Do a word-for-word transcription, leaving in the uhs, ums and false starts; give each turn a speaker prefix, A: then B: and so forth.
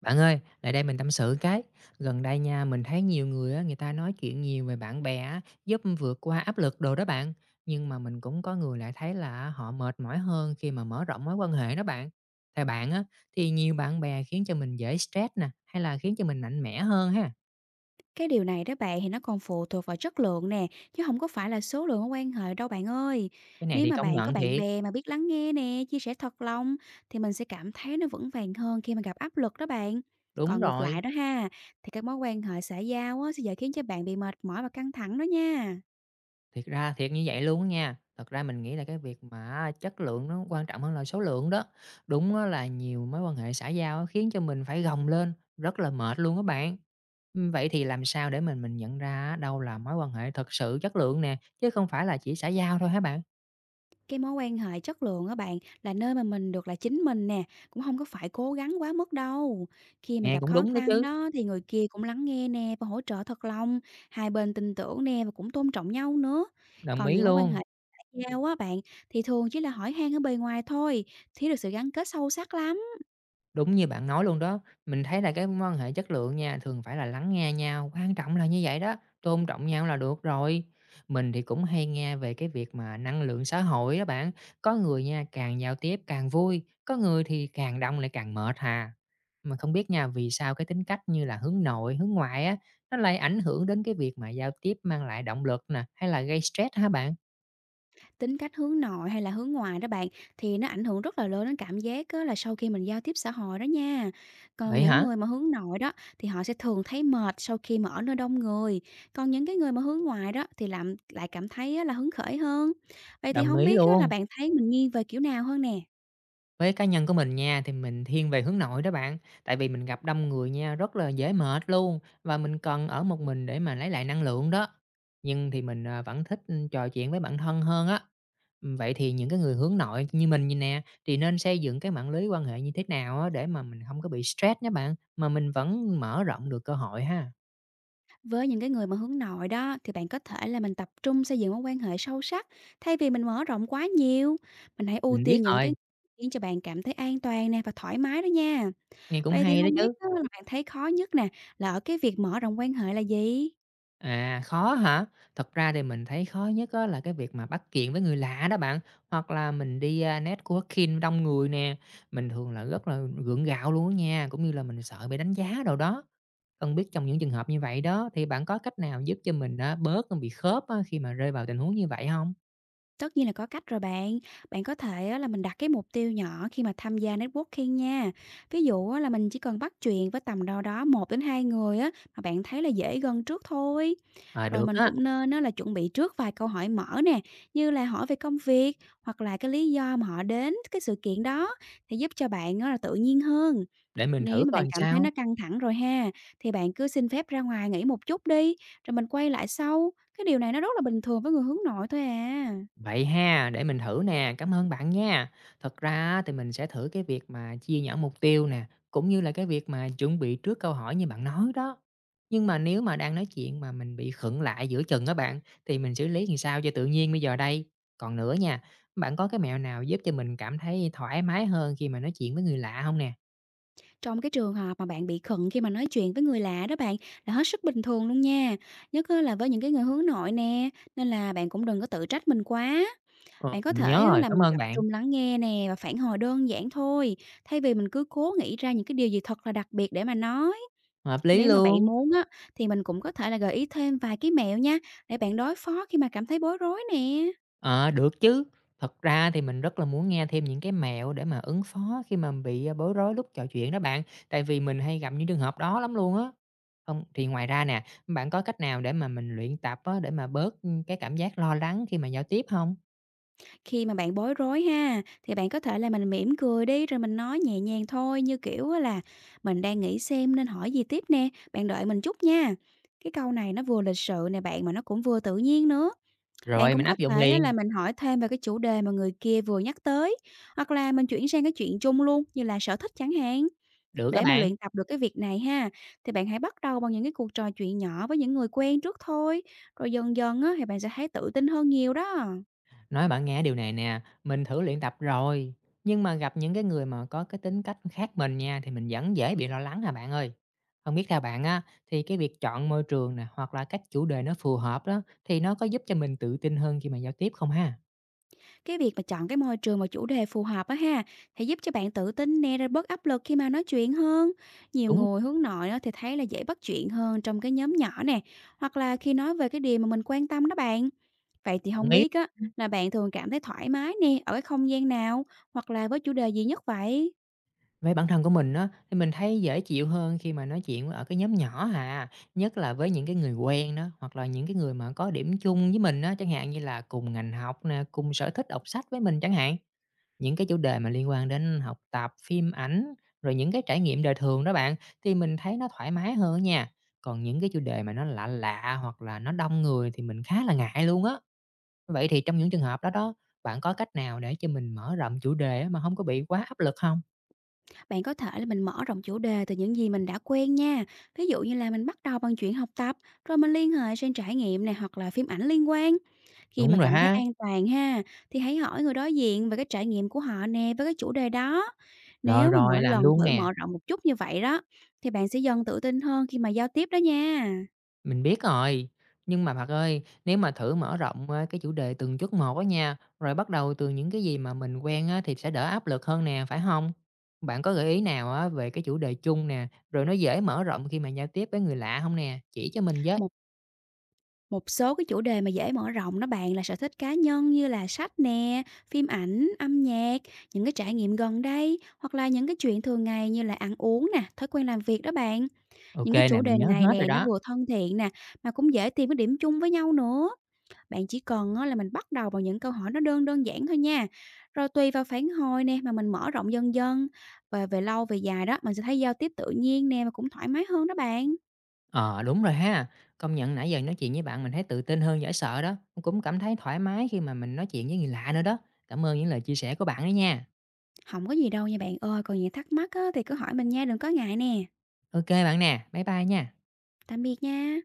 A: Bạn ơi, lại đây mình tâm sự cái. Gần đây nha, mình thấy nhiều người á, người ta nói chuyện nhiều về bạn bè á, giúp vượt qua áp lực đồ đó bạn. Nhưng mà mình cũng có người lại thấy là họ mệt mỏi hơn khi mà mở rộng mối quan hệ đó bạn. Theo bạn á, thì nhiều bạn bè khiến cho mình dễ stress nè, hay là khiến cho mình mạnh mẽ hơn ha.
B: Cái điều này đó bạn thì nó còn phụ thuộc vào chất lượng nè, chứ không có phải là số lượng mối quan hệ đâu bạn ơi.
A: Cái này
B: Nếu
A: thì
B: mà
A: công
B: bạn có
A: nhận
B: bạn
A: thiệt.
B: bè mà biết lắng nghe nè, chia sẻ thật lòng thì mình sẽ cảm thấy nó vững vàng hơn khi mà gặp áp lực đó bạn.
A: Đúng
B: Còn ngược
A: rồi.
B: lại đó ha, thì các mối quan hệ xã giao á, sẽ dễ khiến cho bạn bị mệt mỏi và căng thẳng đó nha.
A: Thiệt ra thiệt như vậy luôn á nha. Thật ra mình nghĩ là cái việc mà chất lượng nó quan trọng hơn là số lượng đó. Đúng á là nhiều mối quan hệ xã giao á khiến cho mình phải gồng lên, rất là mệt luôn các bạn. Ừm, vậy thì làm sao để mình mình nhận ra á đâu là mối quan hệ thật sự chất lượng nè, chứ không phải là chỉ xã giao thôi hả bạn?
B: Cái mối quan hệ chất lượng á bạn là nơi mà mình được là chính mình nè, cũng không có phải cố gắng quá mức đâu. Khi mà
A: Nghe
B: gặp
A: cũng
B: khó
A: đúng đó
B: khăn
A: chứ,
B: đó thì người kia cũng lắng nghe nè và hỗ trợ thật lòng, hai bên tin tưởng nè và cũng tôn trọng nhau nữa.
A: đồng
B: Còn
A: ý
B: những mối quan
A: luôn.
B: hệ xã giao á bạn thì thường chỉ là hỏi han ở bề ngoài thôi, thiếu được sự gắn kết sâu sắc lắm.
A: Đúng như bạn nói luôn đó, mình thấy là cái mối quan hệ chất lượng nha, thường phải là lắng nghe nhau, quan trọng là như vậy đó, tôn trọng nhau là được rồi. Mình thì cũng hay nghe về cái việc mà năng lượng xã hội đó bạn, có người nha càng giao tiếp càng vui, có người thì càng đông lại càng mệt hà. Mà không biết nha vì sao cái tính cách như là hướng nội, hướng ngoại á, nó lại ảnh hưởng đến cái việc mà giao tiếp mang lại động lực nè, hay là gây stress hả bạn?
B: Tính cách hướng nội hay là hướng ngoại đó bạn thì nó ảnh hưởng rất là lớn đến cảm giác á, là sau khi mình giao tiếp xã hội đó nha. Còn
A: Vậy
B: những
A: hả?
B: người mà hướng nội đó thì họ sẽ thường thấy mệt sau khi mà ở nơi đông người. Còn những cái người mà hướng ngoại đó thì làm lại cảm thấy á, là hứng khởi hơn. Vậy thì
A: Đồng
B: không
A: ý
B: biết á, là
A: luôn.
B: bạn thấy mình nghiêng về kiểu nào hơn nè?
A: Với cá nhân của mình nha, thì mình thiên về hướng nội đó bạn, tại vì mình gặp đông người nha, rất là dễ mệt luôn, và mình cần ở một mình để mà lấy lại năng lượng đó. Nhưng thì mình, à, vẫn thích, ừ, trò chuyện với bản thân hơn á. Ừm, vậy thì những cái người hướng nội như mình vầy nè, thì nên xây dựng cái mạng lưới quan hệ như thế nào á, để mà mình không có bị stress nhé bạn, mà mình vẫn mở rộng được cơ hội ha?
B: Với những cái người mà hướng nội đó thì bạn có thể là mình tập trung xây dựng mối quan hệ sâu sắc thay vì mình mở rộng quá nhiều. Mình hãy ưu
A: Mình biết
B: tiên những cái
A: rồi,
B: khiến cho bạn cảm thấy an toàn nè và thoải mái đó nha.
A: nghe cũng
B: Vậy thì
A: hay đó
B: không biết
A: chứ.
B: á là bạn thấy khó nhất nè, là ở cái việc mở rộng quan hệ là gì?
A: À, khó hả? Thật ra thì mình thấy khó nhất á là cái việc mà bắt chuyện với người lạ đó bạn, hoặc là mình đi, a, networking đông người nè, mình thường là rất là gượng gạo luôn á nha, cũng như là mình sợ bị đánh giá đâu đó. Không biết trong những trường hợp như vậy đó, thì bạn có cách nào giúp cho mình á bớt bị khớp á khi mà rơi vào tình huống như vậy không?
B: Tất nhiên là có cách rồi bạn. Bạn có thể á là mình đặt cái mục tiêu nhỏ khi mà tham gia networking nha. Ví dụ á là mình chỉ cần bắt chuyện với tầm đâu đó một đến hai người á, mà bạn thấy là dễ gần trước thôi.
A: À
B: Rồi
A: được
B: mình
A: á,
B: cũng nên á là chuẩn bị trước vài câu hỏi mở nè, như là hỏi về công việc, hoặc là cái lý do mà họ đến cái sự kiện đó, thì giúp cho bạn á là tự nhiên hơn.
A: để mình thử
B: Nếu mà bạn
A: coi
B: cảm thấy
A: sao.
B: nó căng thẳng rồi ha, thì bạn cứ xin phép ra ngoài nghỉ một chút đi, rồi mình quay lại sau. Cái điều này nó rất là bình thường với người hướng nội thôi à.
A: Vậy ha, để mình thử nè, cảm ơn bạn nha. Thật ra á, thì mình sẽ thử cái việc mà chia nhỏ mục tiêu nè, cũng như là cái việc mà chuẩn bị trước câu hỏi như bạn nói đó. Nhưng mà nếu mà đang nói chuyện mà mình bị khựng lại giữa chừng á bạn, thì mình xử lý làm sao cho tự nhiên bây giờ đây? Còn nữa nha, bạn có cái mẹo nào giúp cho mình cảm thấy thoải mái hơn khi mà nói chuyện với người lạ không nè?
B: Trong cái trường hợp mà bạn bị khựng khi mà nói chuyện với người lạ đó bạn, là hết sức bình thường luôn nha. Nhất á là với những cái người hướng nội nè, nên là bạn cũng đừng có tự trách mình quá.
A: Ờ,
B: Bạn có
A: mình nhớ
B: thể á
A: rồi,
B: là
A: cảm
B: mình
A: ơn
B: tập
A: bạn.
B: trung lắng nghe nè và phản hồi đơn giản thôi, thay vì mình cứ cố nghĩ ra những cái điều gì thật là đặc biệt để mà nói.
A: Hợp lý
B: Nếu mà bạn
A: luôn.
B: muốn á, thì mình cũng có thể là gợi ý thêm vài cái mẹo nha, để bạn đối phó khi mà cảm thấy bối rối nè.
A: Ờ, được chứ. Thật ra thì mình rất là muốn nghe thêm những cái mẹo để mà ứng phó khi mà bị, a, bối rối lúc trò chuyện đó bạn, tại vì mình hay gặp những trường hợp đó lắm luôn á. Không thì ngoài ra nè, bạn có cách nào để mà mình luyện tập á, để mà bớt, cái cảm giác lo lắng khi mà giao tiếp không?
B: Khi mà bạn bối rối ha, thì bạn có thể là mình mỉm cười đi, rồi mình nói nhẹ nhàng thôi, như kiểu á là "Mình đang nghĩ xem nên hỏi gì tiếp nè, bạn đợi mình chút nha." Cái câu này nó vừa lịch sự nè bạn, mà nó cũng vừa tự nhiên nữa. Bạn
A: Rồi
B: cũng
A: mình
B: có
A: áp dụng
B: thể á là
A: liền,
B: mình hỏi thêm về cái chủ đề mà người kia vừa nhắc tới, hoặc là mình chuyển sang cái chuyện chung luôn, như là sở thích chẳng hạn.
A: được các
B: Để mà
A: bạn.
B: luyện tập được cái việc này ha, thì bạn hãy bắt đầu bằng những cái cuộc trò chuyện nhỏ với những người quen trước thôi, rồi dần dần á thì bạn sẽ thấy tự tin hơn nhiều đó.
A: Nói bạn nghe điều này nè, mình thử luyện tập rồi, nhưng mà gặp những cái người mà có cái tính cách khác mình nha thì mình vẫn dễ bị lo lắng nè bạn ơi. Không biết theo bạn á thì cái việc chọn môi trường nè hoặc là cách chủ đề nó phù hợp đó thì nó có giúp cho mình tự tin hơn khi mà giao tiếp không ha?
B: Cái việc mà chọn cái môi trường và chủ đề phù hợp á ha, thì giúp cho bạn tự tin nè rồi bớt áp lực khi mà nói chuyện hơn. Nhiều
A: Đúng,
B: người hướng nội á thì thấy là dễ bắt chuyện hơn trong cái nhóm nhỏ nè, hoặc là khi nói về cái điều mà mình quan tâm đó bạn. Vậy thì
A: đồng
B: không
A: ý.
B: biết á là bạn thường cảm thấy thoải mái nè ở cái không gian nào hoặc là với chủ đề gì nhất vậy?
A: Với bản thân của mình á thì mình thấy dễ chịu hơn khi mà nói chuyện ở cái nhóm nhỏ hà, nhất là với những cái người quen đó hoặc là những cái người mà có điểm chung với mình á, chẳng hạn như là cùng ngành học nè, cùng sở thích đọc sách với mình chẳng hạn. Những cái chủ đề mà liên quan đến học tập, phim ảnh, rồi những cái trải nghiệm đời thường đó bạn, thì mình thấy nó thoải mái hơn nha. Còn những cái chủ đề mà nó lạ lạ hoặc là nó đông người thì mình khá là ngại luôn á. Vậy thì trong những trường hợp đó đó, bạn có cách nào để cho mình mở rộng chủ đề á mà không có bị quá áp lực không?
B: Bạn có thể là mình mở rộng chủ đề từ những gì mình đã quen nha. Ví dụ như là mình bắt đầu bằng chuyện học tập, rồi mình liên hệ sang trải nghiệm này hoặc là phim ảnh liên quan. Khi
A: Đúng
B: mà
A: rồi
B: cảm thấy
A: ha,
B: an toàn ha, thì hãy hỏi người đối diện về cái trải nghiệm của họ nè với cái chủ đề đó.
A: rồi,
B: Nếu mà
A: rồi,
B: mỗi
A: làm
B: lần
A: luôn
B: thử
A: nè.
B: mở rộng một chút như vậy đó, thì bạn sẽ dần tự tin hơn khi mà giao tiếp đó nha.
A: Mình biết rồi, nhưng mà bạn ơi, nếu mà thử mở rộng á, cái chủ đề từng chút một á nha, rồi bắt đầu từ những cái gì mà mình quen á, thì sẽ đỡ áp lực hơn nè, phải không? Bạn có gợi ý nào á, về cái chủ đề chung nè, rồi nó dễ mở rộng khi mà giao tiếp với người lạ không nè? Chỉ cho mình với.
B: Một Một số cái chủ đề mà dễ mở rộng nó bàn là sở thích cá nhân như là sách nè, phim ảnh, âm nhạc, những cái trải nghiệm gần đây hoặc là những cái chuyện thường ngày như là ăn uống nè, thói quen làm việc đó bạn. Những cái
A: ô kê nè,
B: chủ
A: mình
B: đề
A: nhớ
B: này
A: hết rồi
B: nè nó
A: đó.
B: vừa thân thiện nè mà cũng dễ tìm cái điểm chung với nhau nữa. Bạn chỉ cần á, là mình bắt đầu bằng những câu hỏi nó đơn đơn giản thôi nha. Rồi tùy vào phản hồi nè mà mình mở rộng dần dần và về lâu về dài đó mình sẽ thấy giao tiếp tự nhiên nè mà cũng thoải mái hơn đó bạn.
A: Ờ, đúng rồi ha. Công nhận nãy giờ nói chuyện với bạn mình thấy tự tin hơn dễ sợ đó, cũng cảm thấy thoải mái khi mà mình nói chuyện với người lạ nữa đó. Cảm ơn những lời chia sẻ của bạn đó nha.
B: Không có gì đâu nha bạn ơi, còn gì thắc mắc á thì cứ hỏi mình nha, đừng có ngại nè.
A: ô kê bạn nè, bye bye nha.
B: Tạm biệt nha.